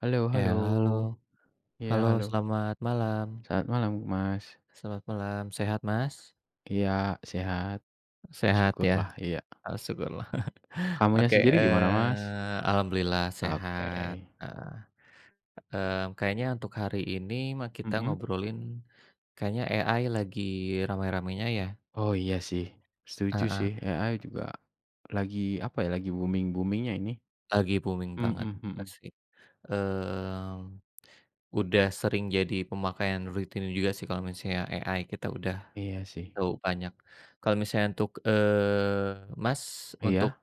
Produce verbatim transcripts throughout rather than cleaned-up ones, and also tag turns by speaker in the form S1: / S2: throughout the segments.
S1: Halo
S2: Ya,
S1: halo.
S2: halo.
S1: Iya
S2: Halo,
S1: halo,
S2: selamat malam.
S1: saat malam, Mas.
S2: Selamat malam. Sehat, Mas?
S1: Iya, sehat,
S2: Sehat
S1: syukurlah,
S2: ya?
S1: iya.
S2: Ah, syukurlah.
S1: Kamunya
S2: Oke,
S1: sendiri gimana, Mas?
S2: eee, alhamdulillah
S1: Oke,
S2: sehat, heeh, mmm, kayaknya untuk hari ini mah kita
S1: mhm.
S2: ngobrolin kayaknya A I lagi ramai-ramainya ya?
S1: Oh iya sih, setuju
S2: Heeh,
S1: sih, A I juga lagi, apa ya, lagi booming boomingnya ini.
S2: lagi booming banget
S1: Mhm mhm.
S2: sih. mmm, udah sering jadi pemakaian rutin juga sih kalau misalnya A I kita udah
S1: Iya sih.
S2: tahu banyak. Kalau misalnya untuk, eee, Mas, untuk
S1: Iya,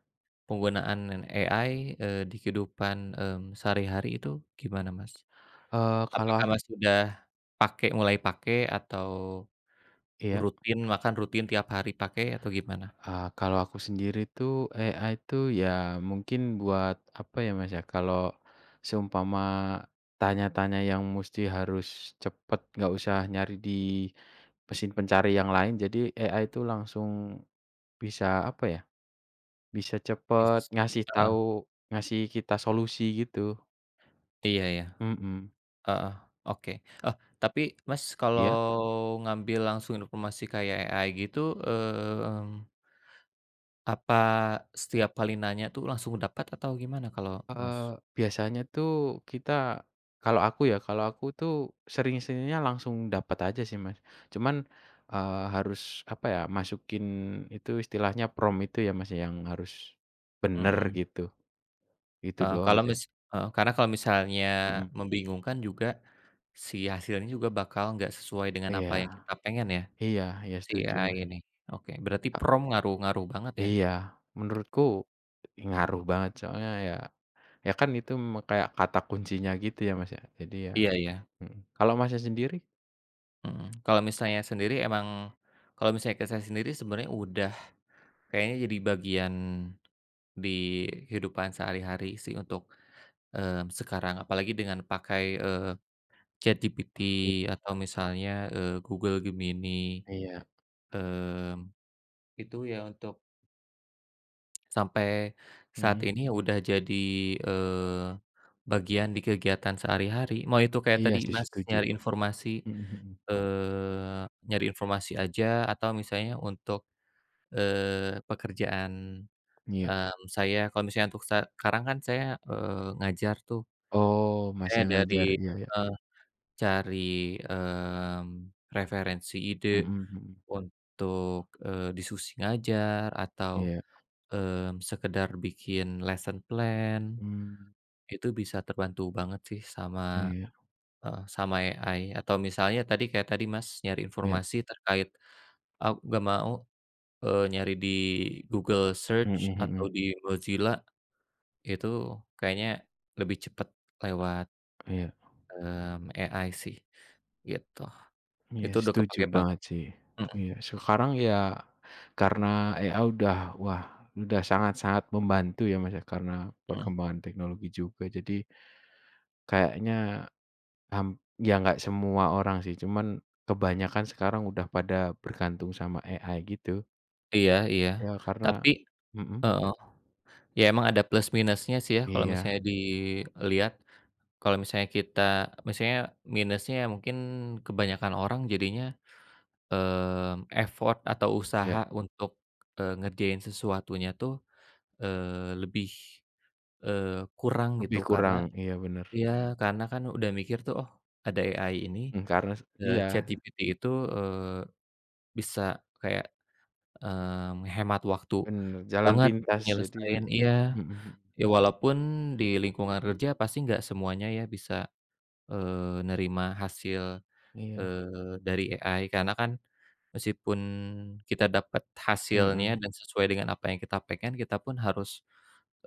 S2: penggunaan A I, eee, di kehidupan, mmm, sehari-hari itu gimana, Mas?
S1: eee, kalau
S2: Apakah
S1: ak
S2: Mas sudah pakai mulai pakai atau
S1: iya?
S2: rutin bahkan rutin tiap hari pakai atau gimana?
S1: Eee, kalau aku sendiri tuh A I tuh ya mungkin buat apa ya, Mas, ya, kalau seumpama tanya-tanya yang mesti harus cepet, nggak usah nyari di mesin pencari yang lain, jadi A I itu langsung bisa apa ya, bisa cepet
S2: Is
S1: ngasih
S2: heeh,
S1: tahu ngasih kita solusi gitu,
S2: iya ya,
S1: mhm.
S2: heeh, oke. Eh, tapi Mas kalau
S1: Iya?
S2: ngambil langsung informasi kayak A I gitu, mmm, apa setiap kali nanya tuh langsung dapat atau gimana kalau Mas?
S1: Eee, biasanya tuh kita kalau aku ya, kalau aku tuh sering-seringnya langsung dapat aja sih, Mas. Cuman, eee, harus apa ya, masukin itu istilahnya prompt itu ya, Mas, ya, yang harus bener
S2: Mhm.
S1: gitu, itu
S2: Eee,
S1: doang
S2: kalau
S1: sih.
S2: mis Heeh, karena kalau misalnya
S1: Mhm.
S2: Mhm. membingungkan juga, si hasilnya juga bakal nggak sesuai dengan apa yang
S1: Iya
S2: kita pengen ya,
S1: iya iya
S2: si
S1: setuju,
S2: A I
S1: Mas.
S2: ini. Oke, berarti prompt ngaruh ngaruh banget
S1: E
S2: ya?
S1: iya, menurutku ngaruh banget soalnya ya ya kan itu me kayak kata kuncinya gitu ya, Mas, ya. Jadi ya
S2: Iya iya,
S1: mhm. Kalau Masnya sendiri?
S2: mhm. Kalau misalnya sendiri emang kalau misalnya ke saya sendiri sebenarnya udah kayaknya jadi bagian di kehidupan sehari-hari sih untuk, mmm, sekarang. Apalagi dengan pakai, eee, ChatGPT
S1: I
S2: atau misalnya, eee, Google Gemini,
S1: iya.
S2: mmm, itu ya untuk sampai saat
S1: Mhm.
S2: ini ya udah jadi, eee, bagian di kegiatan sehari-hari, mau itu kayak
S1: Iya
S2: tadi Mhm.
S1: sih
S2: Mas
S1: setuju.
S2: nyari informasi,
S1: Mhm mhm.
S2: eee, nyari informasi aja atau misalnya untuk, eee, pekerjaan,
S1: Iya.
S2: mmm, saya kalau misalnya untuk sekarang kan saya, eee, ngajar tuh,
S1: Oh, Mas
S2: saya
S1: yang
S2: dari,
S1: ngajar, iya iya.
S2: eee, cari, mmm, referensi ide
S1: Mhm mhm.
S2: untuk, eee, diskusi ngajar atau,
S1: Iya.
S2: mmm, sekedar bikin lesson plan.
S1: Mmm,
S2: Itu bisa terbantu banget sih
S1: iya
S2: sama,
S1: iya.
S2: eee, sama A I atau misalnya tadi kayak tadi Mas nyari informasi terkait aku nggak mau, eee, nyari di Google Search
S1: Mhm
S2: atau
S1: mhm.
S2: di Mozilla itu kayaknya lebih cepat lewat,
S1: Iya.
S2: mmm, A I sih, gitu.
S1: Iya,
S2: Itu udah
S1: setuju
S2: kepake banget,
S1: banget sih.
S2: mhm
S1: Iya, sekarang ya karena A I udah wah, udah sangat-sangat membantu ya, Mas, ya, karena
S2: mhm.
S1: perkembangan teknologi juga. Jadi kayaknya ham ya nggak semua orang sih, cuman kebanyakan sekarang udah pada bergantung sama A I gitu.
S2: Iya iya,
S1: Ya karena
S2: tapi
S1: mhm,
S2: heeh, ya emang ada plus minusnya sih ya kalau
S1: iya
S2: misalnya dilihat, kalau misalnya kita misalnya minusnya ya mungkin kebanyakan orang jadinya Mmm, effort atau usaha
S1: iya.
S2: Mhm. untuk, eee, ngerjain sesuatunya tuh, eee, lebih, eee, kurang gitu
S1: Lebih
S2: karena
S1: kurang, iya bener.
S2: iya, karena kan udah mikir tuh, "Oh, ada A I ini,
S1: Mmm, karena s
S2: eee,
S1: iya,
S2: ChatGPT itu, eee, bisa kayak, eee, menghemat waktu
S1: bener, jalan
S2: banget untuk
S1: pintas jadi
S2: nyelesain." Iya,
S1: mhm mhm,
S2: ya walaupun di lingkungan kerja pasti nggak semuanya ya bisa, eee, nerima hasil,
S1: iya,
S2: eee, dari A I karena kan meskipun kita dapat
S1: mhm,
S2: hasilnya Mhm. dan sesuai dengan apa yang kita pengen, kita pun harus,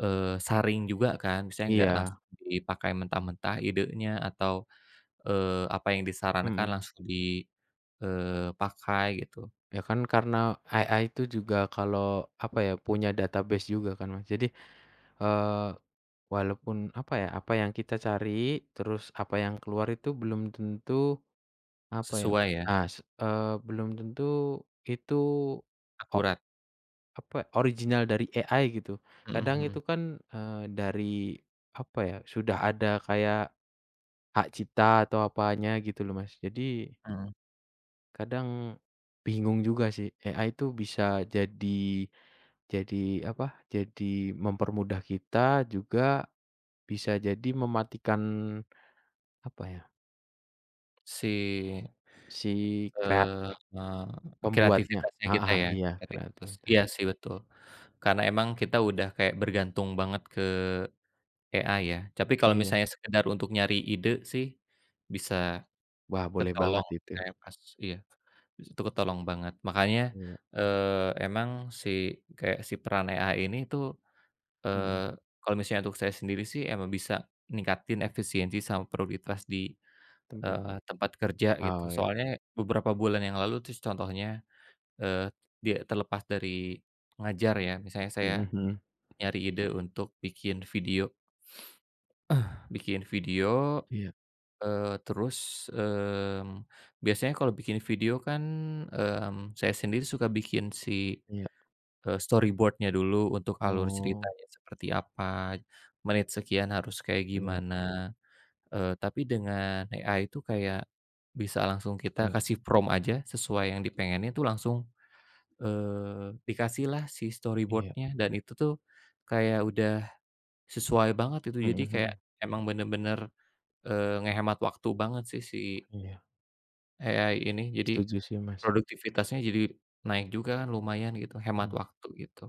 S2: eee, saring juga kan. Misalnya nggak
S1: iya,
S2: langsung dipakai mentah-mentah idenya atau, eee, apa yang disarankan
S1: mhm.
S2: langsung di, eee, pakai gitu.
S1: Ya kan karena A I itu juga kalau, apa ya, punya database juga kan, Mas, jadi, eee, walaupun, apa ya, apa yang kita cari, terus apa yang keluar itu belum tentu, apa ya,
S2: Sesuai ya, Mhm.
S1: ah, s eee, belum tentu itu o
S2: akurat.
S1: apa, original dari A I gitu.
S2: Mhm
S1: Kadang itu
S2: mhm.
S1: kan, eee, dari, apa ya, sudah ada kayak hak cipta atau apanya gitu loh, Mas. Jadi
S2: Mhm.
S1: kadang bingung juga sih, A I itu bisa jadi jadi apa, jadi mempermudah kita, juga bisa jadi mematikan apa ya,
S2: Si,
S1: si krea
S2: eee, eee,
S1: pembuatnya.
S2: kreativitasnya kita
S1: Heeh,
S2: ya,
S1: iya
S2: kreativitas
S1: kreativitas.
S2: iya sih betul. Karena emang kita udah kayak bergantung banget ke A I ya, tapi kalau
S1: Iya.
S2: misalnya sekedar untuk nyari ide sih, bisa
S1: Wah, boleh banget
S2: ketolong
S1: itu.
S2: saya pas iya, itu ketolong banget. Makanya,
S1: Iya,
S2: eee, emang si kayak si peran A I ini tuh,
S1: mhm,
S2: eee, kalau misalnya untuk saya sendiri sih emang bisa ningkatin efisiensi sama produktivitas di,
S1: tempat
S2: eee, tempat kerja gitu.
S1: oh ya,
S2: Soalnya beberapa bulan yang lalu terus contohnya, eee, dia terlepas dari ngajar ya, misalnya saya
S1: mhm mhm,
S2: nyari ide untuk bikin video bikin video.
S1: iya
S2: Eee, terus, mmm, biasanya kalau bikin video kan, mmm, saya sendiri suka bikin si,
S1: iya,
S2: eee, storyboard-nya dulu untuk alur
S1: oh,
S2: ceritanya seperti apa, menit sekian harus kayak
S1: iya
S2: gimana, eee, tapi dengan A I itu kayak bisa langsung kita
S1: iya
S2: kasih prompt aja sesuai yang dipengenin tuh langsung, eee, dikasihlah si
S1: iya,
S2: storyboard-nya dan itu tuh kayak udah sesuai banget itu
S1: mhm
S2: jadi kayak
S1: mhm,
S2: emang bener-bener, eee, ngehemat waktu banget sih si
S1: iya,
S2: A I ini, jadi
S1: setuju sih, Mas,
S2: produktivitasnya jadi naik juga kan lumayan gitu, hemat
S1: mhm.
S2: waktu gitu.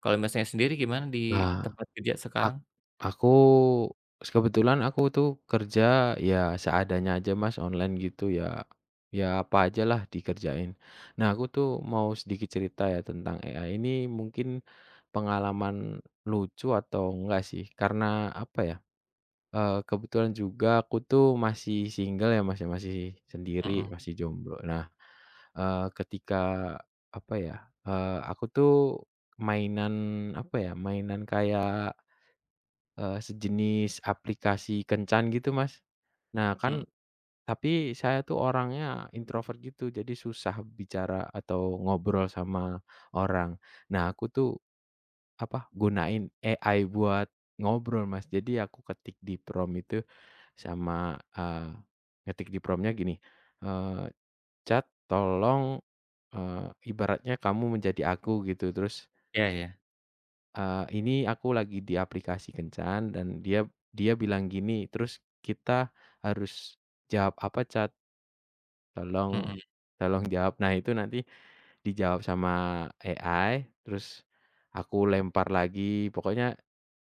S2: Kalau Masnya sendiri gimana di
S1: Wah.
S2: tempat kerja
S1: Ak
S2: sekarang?
S1: aku s Kebetulan aku tuh kerja ya seadanya aja, Mas, online gitu ya, ya apa ajalah dikerjain. Nah aku tuh mau sedikit cerita ya tentang A I ini mungkin pengalaman lucu atau enggak sih karena apa ya, eee, kebetulan juga aku tuh masih single ya, Mas, ya masih sendiri,
S2: Mhm
S1: masih jomblo. Nah, eee, ketika apa ya, eee, aku tuh mainan apa ya, mainan kayak Eee, sejenis aplikasi kencan gitu, Mas. Nah kan
S2: mhm,
S1: tapi saya tuh orangnya introvert gitu, jadi susah bicara atau ngobrol sama orang. Nah aku tuh, apa, gunain A I buat ngobrol, Mas. Jadi aku ketik di prompt itu sama, eee, ngetik di prompt-nya gini, eee, "Chat tolong, eee, ibaratnya kamu menjadi aku," gitu. Terus
S2: iya iya,
S1: Eee, ini aku lagi di aplikasi kencan dan dia dia bilang gini, terus kita harus jawab apa, Chat? Tolong
S2: mhm.
S1: tolong jawab. Nah, itu nanti dijawab sama A I, terus aku lempar lagi, pokoknya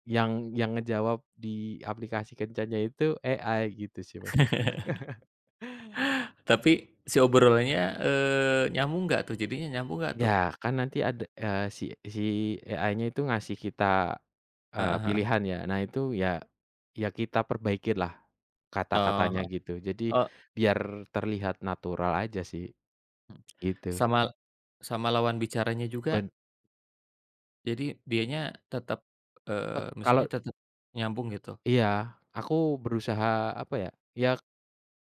S1: yang yang ngejawab di aplikasi kencannya itu A I gitu sih, Mas.
S2: Tapi si obrolannya, eee, nyambung nggak tuh jadinya nyambung nggak tuh?
S1: Ya kan nanti ada, eee, si si A I-nya itu ngasih kita, eee,
S2: Heeh heeh.
S1: pilihan ya. Nah itu ya ya kita perbaikinlah
S2: Oh,
S1: kata-katanya
S2: heeh.
S1: gitu. Jadi
S2: Oh,
S1: biar terlihat natural aja sih
S2: mhm.
S1: gitu.
S2: Sama sama lawan bicaranya juga
S1: Ben
S2: jadi dianya tetap,
S1: e
S2: eee,
S1: kalau
S2: maksudnya tetap nyambung gitu?
S1: Iya, aku berusaha apa ya, ya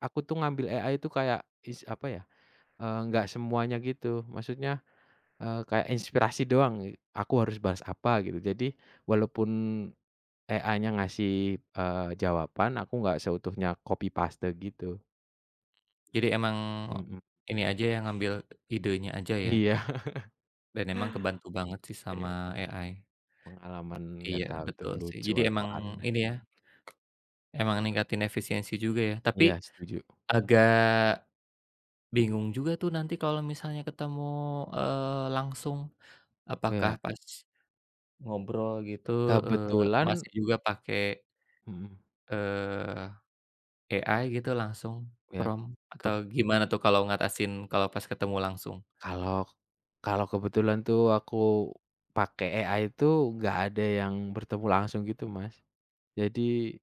S1: aku tuh ngambil A I itu kayak is apa ya, eee, nggak semuanya gitu. Maksudnya, eee, kayak inspirasi doang, aku harus bahas apa gitu. Jadi walaupun A I-nya ngasih, eee, jawaban, aku nggak seutuhnya copy paste gitu.
S2: Jadi emang
S1: Mhm.
S2: ini aja yang ngambil idenya aja ya?
S1: Iya,
S2: Dan emang kebantu banget sih sama
S1: iya,
S2: A I.
S1: pengalaman nggak
S2: Iya,
S1: tahu itu
S2: betul sih.
S1: lucu
S2: Jadi
S1: atau
S2: emang
S1: aneh.
S2: ini ya, emang ningkatin efisiensi juga ya.
S1: Iya
S2: Tapi
S1: setuju.
S2: agak bingung juga tuh nanti kalau misalnya ketemu, eee, langsung, apakah
S1: Iya,
S2: pas ngobrol gitu, eee,
S1: kebetulan
S2: masih juga pakai,
S1: mhm,
S2: eee, A I gitu langsung
S1: ya
S2: prompt
S1: keb
S2: atau gimana tuh kalau ngatasin kalau pas ketemu langsung?
S1: kalau kalau kebetulan tuh aku pakai A I itu nggak ada yang bertemu langsung gitu, Mas. Jadi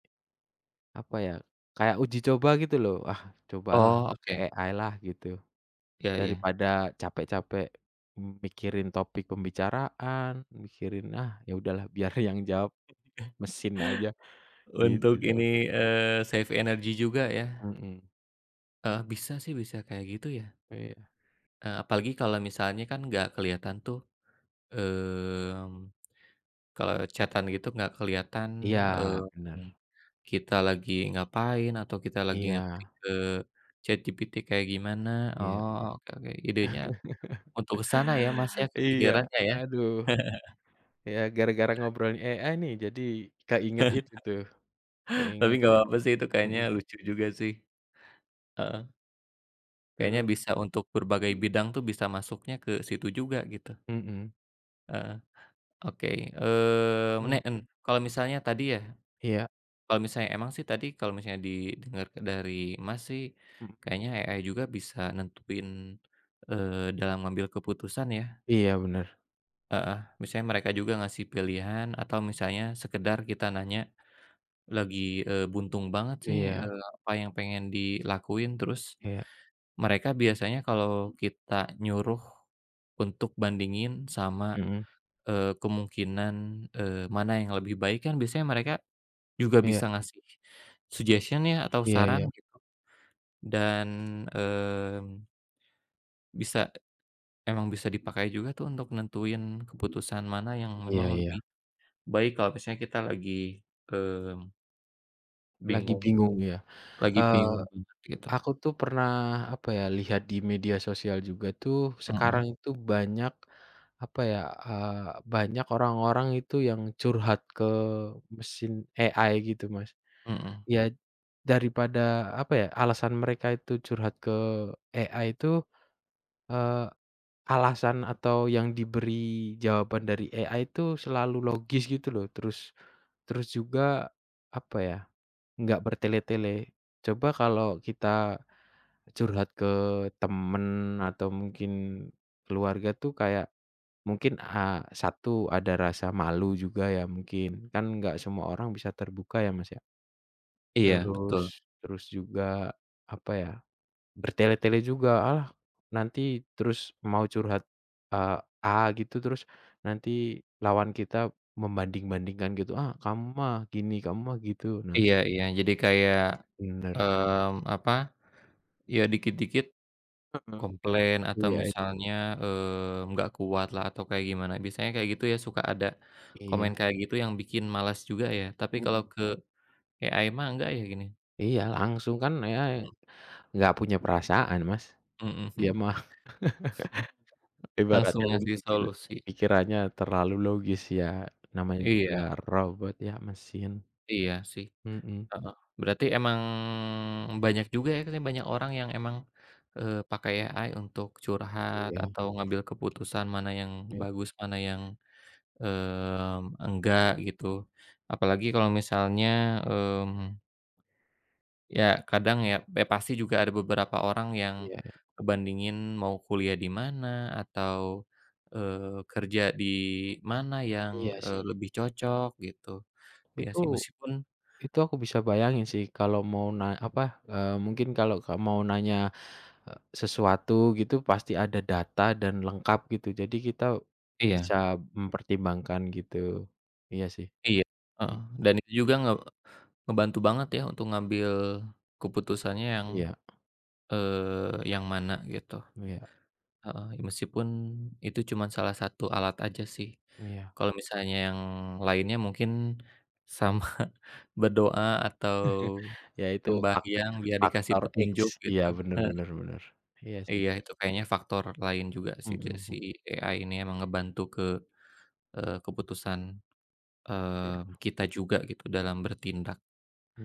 S1: apa ya, kayak uji coba gitu loh, "Ah, cobalah
S2: Oh,
S1: pakai
S2: oke.
S1: A I lah," gitu.
S2: Iya iya.
S1: Daripada capek-capek mikirin topik pembicaraan, mikirin, ah, ya udahlah biar yang jawab mesin aja gitu
S2: Untuk
S1: loh.
S2: ini, eee, save energi juga ya.
S1: Mhm,
S2: Heeh, bisa sih, bisa kayak gitu ya.
S1: iya.
S2: Eee, apalagi kalau misalnya kan nggak kelihatan tuh, mmm, kalau chat gitu nggak kelihatan,
S1: Iya
S2: Mhm.
S1: bener,
S2: kita lagi ngapain atau kita lagi ngetik
S1: iya
S2: ke ChatGPT kayak gimana.
S1: iya.
S2: Oh, Mhm. oke oke, idenya untuk ke sana ya, Mas, ya,
S1: Iya,
S2: kepikirannya ya.
S1: aduh, ya gara-gara ngobrolin A I nih jadi keinget itu tuh,
S2: Tapi
S1: keinget
S2: nggak apa-apa sih itu kayaknya
S1: mhm,
S2: lucu juga sih, heeh. Kayaknya
S1: terus
S2: bisa untuk berbagai bidang tuh bisa masuknya ke situ juga gitu,
S1: mhm,
S2: heeh. Oke, mmm, ne
S1: mmm,
S2: en kalau misalnya tadi ya
S1: iya,
S2: kalau misalnya emang sih tadi kalau misalnya didengar dari Mas sih,
S1: mhm,
S2: kayaknya A I juga bisa nentuin, eee, dalam ngambil keputusan ya,
S1: iya bener,
S2: heeh. Misalnya mereka juga ngasih pilihan atau misalnya sekedar kita nanya lagi, eee, buntung banget sih,
S1: iya
S2: eee, apa yang pengen dilakuin, terus
S1: iya,
S2: mereka biasanya kalau kita nyuruh untuk bandingin sama,
S1: mhm,
S2: eee, kemungkinan, eee, mana yang lebih baik kan biasanya mereka juga
S1: iya
S2: bisa ngasih suggestion ya atau
S1: iya
S2: saran
S1: iya
S2: gitu dan, mmm, bisa emang bisa dipakai juga tuh untuk nentuin keputusan mana yang
S1: iya
S2: memang
S1: iya,
S2: lebih baik kalau misalnya kita lagi, mmm,
S1: lagi
S2: bingung
S1: bingung ya,
S2: lagi
S1: eee
S2: bingung banget gitu.
S1: Aku tuh pernah, apa ya, lihat di media sosial juga tuh sekarang
S2: Mhm
S1: itu banyak, apa ya, eee, banyak orang-orang itu yang curhat ke mesin A I gitu, Mas.
S2: mhm.
S1: Ya, daripada, apa ya, alasan mereka itu curhat ke A I itu, eee, alasan atau yang diberi jawaban dari A I itu selalu logis gitu loh, terus terus juga, apa ya, nggak bertele-tele. Coba kalau kita curhat ke temen atau mungkin keluarga tuh kayak mungkin, eee, satu ada rasa malu juga ya mungkin, kan nggak semua orang bisa terbuka ya, Mas, ya.
S2: Iya betul.
S1: Terus terus juga apa ya, bertele-tele juga, "Alah, nanti terus mau curhat, eee, A gitu, terus nanti lawan kita membanding-bandingkan gitu, 'Ah, kamu mah gini, kamu mah gitu.'" Nah,
S2: Iya iya. Jadi kayak,
S1: bener.
S2: mmm, apa, ya dikit-dikit
S1: Heeh.
S2: komplain atau
S1: Iya
S2: misalnya, eee, nggak kuat lah atau kayak gimana, biasanya kayak gitu ya suka ada
S1: iya,
S2: komen kayak gitu yang bikin malas juga ya, tapi kalau
S1: mhm.
S2: ke A I mah enggak ya gini
S1: Iya langsung kan ya nggak punya perasaan, Mas.
S2: mhm
S1: Dia
S2: mhm,
S1: mah
S2: langsung
S1: ibaratnya
S2: ngasih
S1: memikir
S2: solusi.
S1: pikirannya terlalu logis ya, namanya juga
S2: Iya
S1: robot ya, mesin.
S2: iya sih,
S1: Mhm.
S2: heeh, berarti emang banyak juga ya katanya banyak orang yang emang, eee, pakai A I untuk curhat
S1: Iya
S2: atau ngambil keputusan mana yang
S1: iya
S2: bagus, mana yang, mmm, enggak gitu. Apalagi kalau misalnya, mmm ya kadang ya, ya pasti juga ada beberapa orang yang
S1: iya
S2: kebandingin mau kuliah di mana atau, eee, kerja di mana yang,
S1: iya sih.
S2: eee, lebih cocok gitu. Ya sih
S1: Itu
S2: meskipun
S1: itu aku bisa bayangin sih kalau mau na apa, eee, mungkin kalau ka mau nanya, eee, sesuatu gitu pasti ada data dan lengkap gitu, jadi kita
S2: Iya.
S1: bisa mempertimbangkan gitu. Iya sih.
S2: iya, heeh,
S1: Mhm.
S2: dan itu juga nge ngebantu banget ya untuk ngambil keputusannya yang,
S1: Iya
S2: eee, yang mana gitu,
S1: iya
S2: heeh, ya meskipun itu cuma salah satu alat aja sih.
S1: iya.
S2: Kalau misalnya yang lainnya mungkin sama berdoa atau
S1: Ya itu fak
S2: sembahyang biar dikasih
S1: faktor X,
S2: petunjuk
S1: iya
S2: gitu,
S1: bener
S2: eee,
S1: bener bener. Iya sih,
S2: iya itu kayaknya faktor lain juga sih
S1: mhm,
S2: da si
S1: mhm,
S2: A I ini emang ngebantu ke, eee, keputusan,
S1: iya,
S2: eee, kita juga gitu dalam bertindak,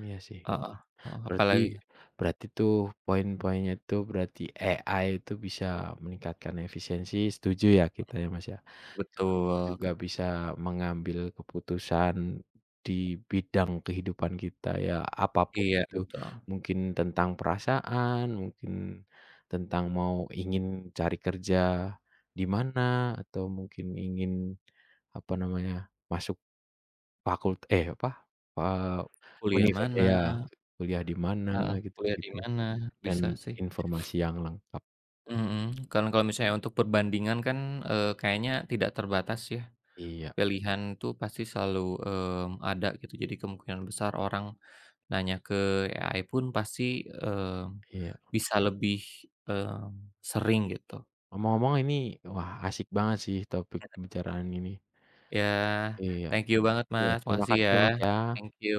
S1: iya sih.
S2: heeh heeh,
S1: Berarti
S2: apalagi
S1: berarti tuh poin-poinnya tuh berarti A I itu bisa meningkatkan efisiensi, setuju ya kita ya, Mas, ya. Terus
S2: betul,
S1: juga
S2: ke
S1: bisa mengambil keputusan di bidang kehidupan kita ya, apa pun
S2: iya
S1: itu.
S2: betul,
S1: Mungkin tentang perasaan, mungkin tentang mau ingin cari kerja di mana, atau mungkin ingin, apa namanya, masuk Fakult eh, apa, eee,
S2: kuliah
S1: univer
S2: mana
S1: iya, kuliah di mana
S2: heeh, kuliah di
S1: gitu-gitu,
S2: mana,
S1: dan
S2: bisa sih,
S1: informasi yang lengkap.
S2: mhm, kan kalau misalnya untuk perbandingan kan, eee, kayaknya tidak terbatas ya,
S1: Iya
S2: pilihan tuh pasti selalu, mmm, ada gitu jadi kemungkinan besar orang nanya ke A I pun pasti, mmm,
S1: iya.
S2: bisa lebih, mmm, sering gitu.
S1: Ngomong-ngomong ini, wah, asik banget sih topik pembicaraan ini.
S2: Ya,
S1: Iya
S2: thank you banget
S1: iya,
S2: Mas,
S1: terima
S2: makasih
S1: kasih
S2: ya.
S1: ya, Mas, ya.
S2: Thank you.